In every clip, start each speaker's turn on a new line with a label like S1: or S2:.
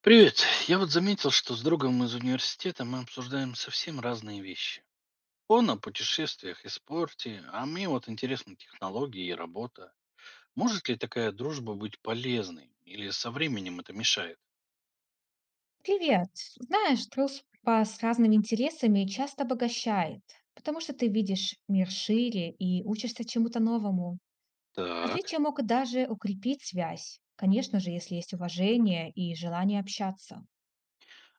S1: Привет. Я вот заметил, что с другом из университета мы обсуждаем совсем разные вещи. Он о путешествиях и спорте, а мне вот интересны технологии и работа. Может ли такая дружба быть полезной? Или со временем это мешает?
S2: Привет. Знаешь, дружба с разными интересами часто обогащает, потому что ты видишь мир шире и учишься чему-то новому.
S1: Так.
S2: Различия могут даже укрепить связь, конечно же, если есть уважение и желание общаться.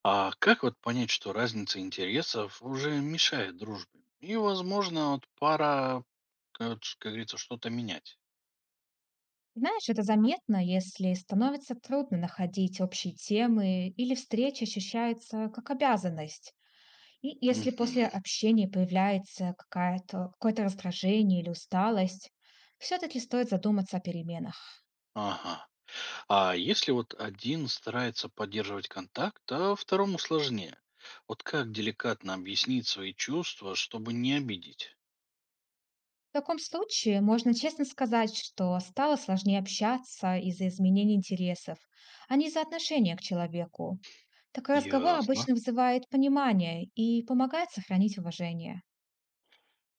S1: А как вот понять, что разница интересов уже мешает дружбе? И, возможно, вот пора, как говорится, что-то менять.
S2: Знаешь, это заметно, если становится трудно находить общие темы или встречи ощущается как обязанность. И если
S1: Мгм.
S2: после общения появляется какое-то раздражение или усталость, все-таки стоит задуматься о переменах.
S1: Ага. А если вот один старается поддерживать контакт, а второму сложнее? Вот как деликатно объяснить свои чувства, чтобы не обидеть?
S2: В таком случае можно честно сказать, что стало сложнее общаться из-за изменений интересов, а не из-за отношения к человеку. Такой разговор
S1: Ясно.
S2: обычно вызывает понимание и помогает сохранить уважение.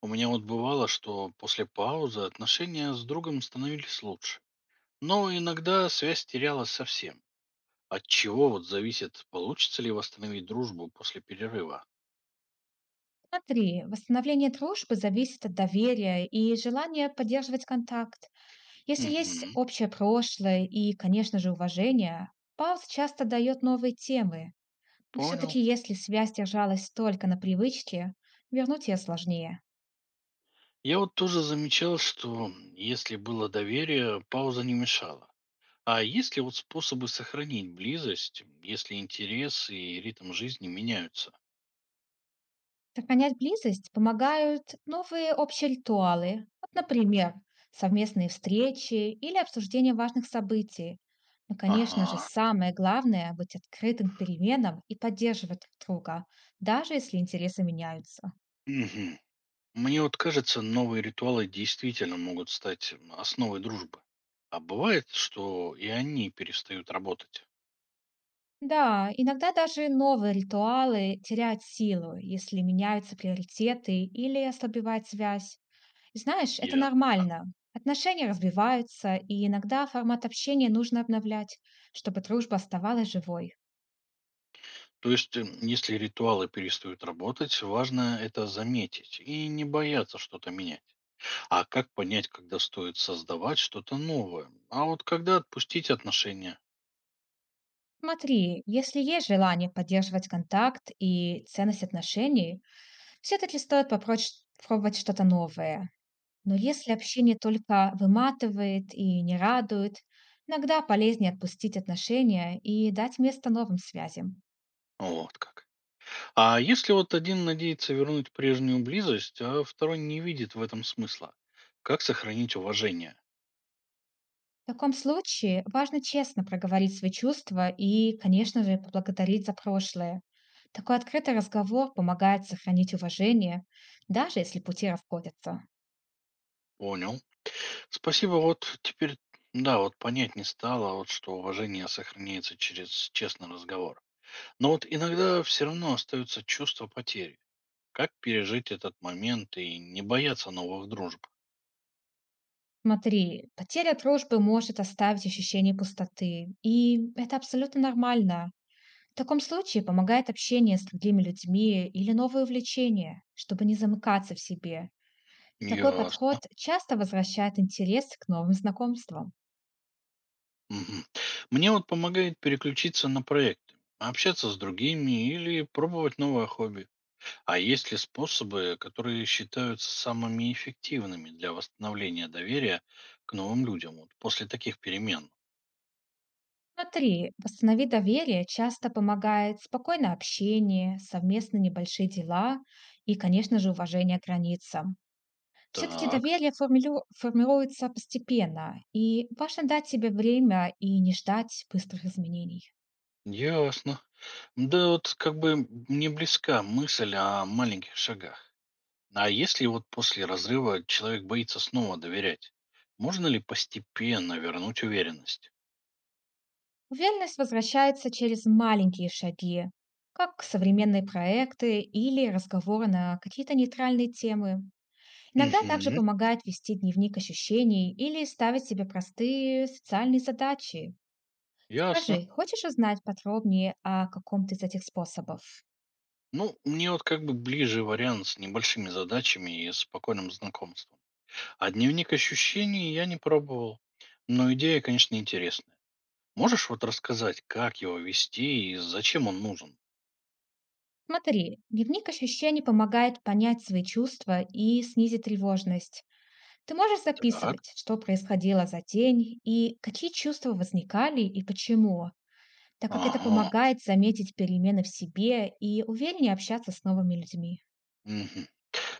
S1: У меня вот бывало, что после паузы отношения с другом становились лучше. Но иногда связь терялась совсем. От чего вот зависит, получится ли восстановить дружбу после перерыва?
S2: Смотри, восстановление дружбы зависит от доверия и желания поддерживать контакт. Если есть
S1: Угу,
S2: общее прошлое и, конечно же, уважение, пауз часто дает новые темы. Но
S1: понял.
S2: все-таки если связь держалась только на привычке, вернуть ее сложнее.
S1: Я вот тоже замечал, что если было доверие, пауза не мешала. А есть ли вот способы сохранить близость, если интересы и ритм жизни меняются?
S2: Сохранять близость помогают новые общие ритуалы, вот, например, совместные встречи или обсуждение важных событий. Но, конечно же,
S1: Ага.
S2: самое главное — быть открытым к переменам и поддерживать друг друга, даже если интересы меняются.
S1: Мгм. Мне вот кажется, новые ритуалы действительно могут стать основой дружбы. А бывает, что и они перестают работать.
S2: Да, иногда даже новые ритуалы теряют силу, если меняются приоритеты или ослабевает связь. Знаешь, это
S1: Я. а,
S2: нормально. Отношения развиваются, и иногда формат общения нужно обновлять, чтобы дружба оставалась живой.
S1: То есть, если ритуалы перестают работать, важно это заметить и не бояться что-то менять. А как понять, когда стоит создавать что-то новое? А вот когда отпустить отношения?
S2: Смотри, если есть желание поддерживать контакт и ценность отношений, все-таки стоит попробовать что-то новое. Но если общение только выматывает и не радует, иногда полезнее отпустить отношения и дать место новым связям.
S1: Вот как. А если вот один надеется вернуть прежнюю близость, а второй не видит в этом смысла, как сохранить уважение?
S2: В таком случае важно честно проговорить свои чувства и, конечно же, поблагодарить за прошлое. Такой открытый разговор помогает сохранить уважение, даже если пути расходятся.
S1: Понял. Спасибо, вот теперь, да, вот понять не стало, вот что уважение сохраняется через честный разговор. Но вот иногда все равно остается чувство потери. Как пережить этот момент и не бояться новых дружб?
S2: Смотри, потеря дружбы может оставить ощущение пустоты, и это абсолютно нормально. В таком случае помогает общение с другими людьми или новые увлечения, чтобы не замыкаться в себе. И такой подход
S1: Ясно.
S2: часто возвращает интерес к новым знакомствам.
S1: Мгм. Мне вот помогает переключиться на проекты, общаться с другими или пробовать новое хобби. А есть ли способы, которые считаются самыми эффективными для восстановления доверия к новым людям вот после таких перемен?
S2: Смотри, восстанови доверие часто помогает спокойное общение, совместные небольшие дела и, конечно же, уважение к границам. Все-таки
S1: Так,
S2: доверие формируется постепенно, и важно дать себе время и не ждать быстрых изменений.
S1: ясно. Да вот как бы мне близка мысль о маленьких шагах. А если вот после разрыва человек боится снова доверять, можно ли постепенно вернуть уверенность?
S2: Уверенность возвращается через маленькие шаги, как современные проекты или разговоры на какие-то нейтральные темы. Иногда также
S1: Угу.
S2: помогает вести дневник ощущений или ставить себе простые социальные задачи.
S1: Ясно.
S2: Скажи, хочешь узнать подробнее о каком-то из этих способов?
S1: Ну, мне вот как бы ближе вариант с небольшими задачами и спокойным знакомством. А дневник ощущений я не пробовал. Но идея, конечно, интересная. Можешь вот рассказать, как его вести и зачем он нужен?
S2: Смотри, дневник ощущений помогает понять свои чувства и снизить тревожность. Ты можешь
S1: Так.
S2: записывать, что происходило за день и какие чувства возникали и почему, так как это
S1: Ага.
S2: помогает заметить перемены в себе и увереннее общаться с новыми людьми.
S1: Мгм.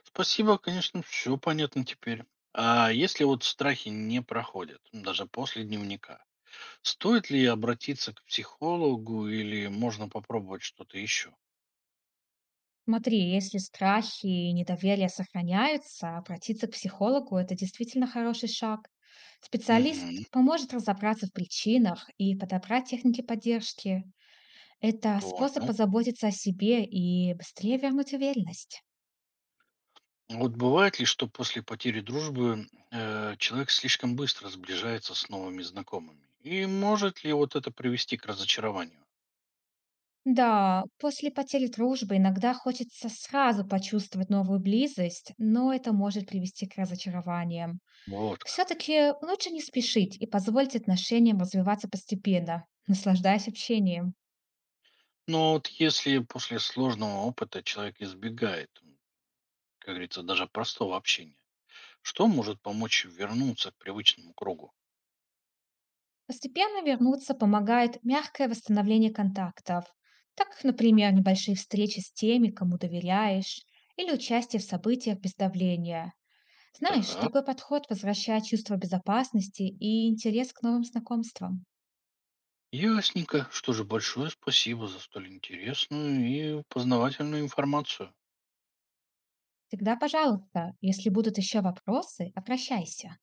S1: Спасибо, конечно, все понятно теперь. А если вот страхи не проходят, даже после дневника, стоит ли обратиться к психологу или можно попробовать что-то еще?
S2: Смотри, если страхи и недоверие сохраняются, обратиться к психологу — это действительно хороший шаг. Специалист
S1: Угу,
S2: поможет разобраться в причинах и подобрать техники поддержки. Это способ
S1: понял.
S2: позаботиться о себе и быстрее вернуть уверенность.
S1: Вот бывает ли, что после потери дружбы человек слишком быстро сближается с новыми знакомыми? И может ли вот это привести к разочарованию?
S2: Да, после потери дружбы иногда хочется сразу почувствовать новую близость, но это может привести к разочарованиям.
S1: Вот как.
S2: Все-таки лучше не спешить и позволить отношениям развиваться постепенно, наслаждаясь общением.
S1: Но вот если после сложного опыта человек избегает, как говорится, даже простого общения, что может помочь вернуться к привычному кругу?
S2: Постепенно вернуться помогает мягкое восстановление контактов, так, например, небольшие встречи с теми, кому доверяешь, или участие в событиях без давления. Знаешь,
S1: Так,
S2: такой подход возвращает чувство безопасности и интерес к новым знакомствам.
S1: ясненько. Что же, большое спасибо за столь интересную и познавательную информацию.
S2: Всегда, пожалуйста, если будут еще вопросы, обращайся.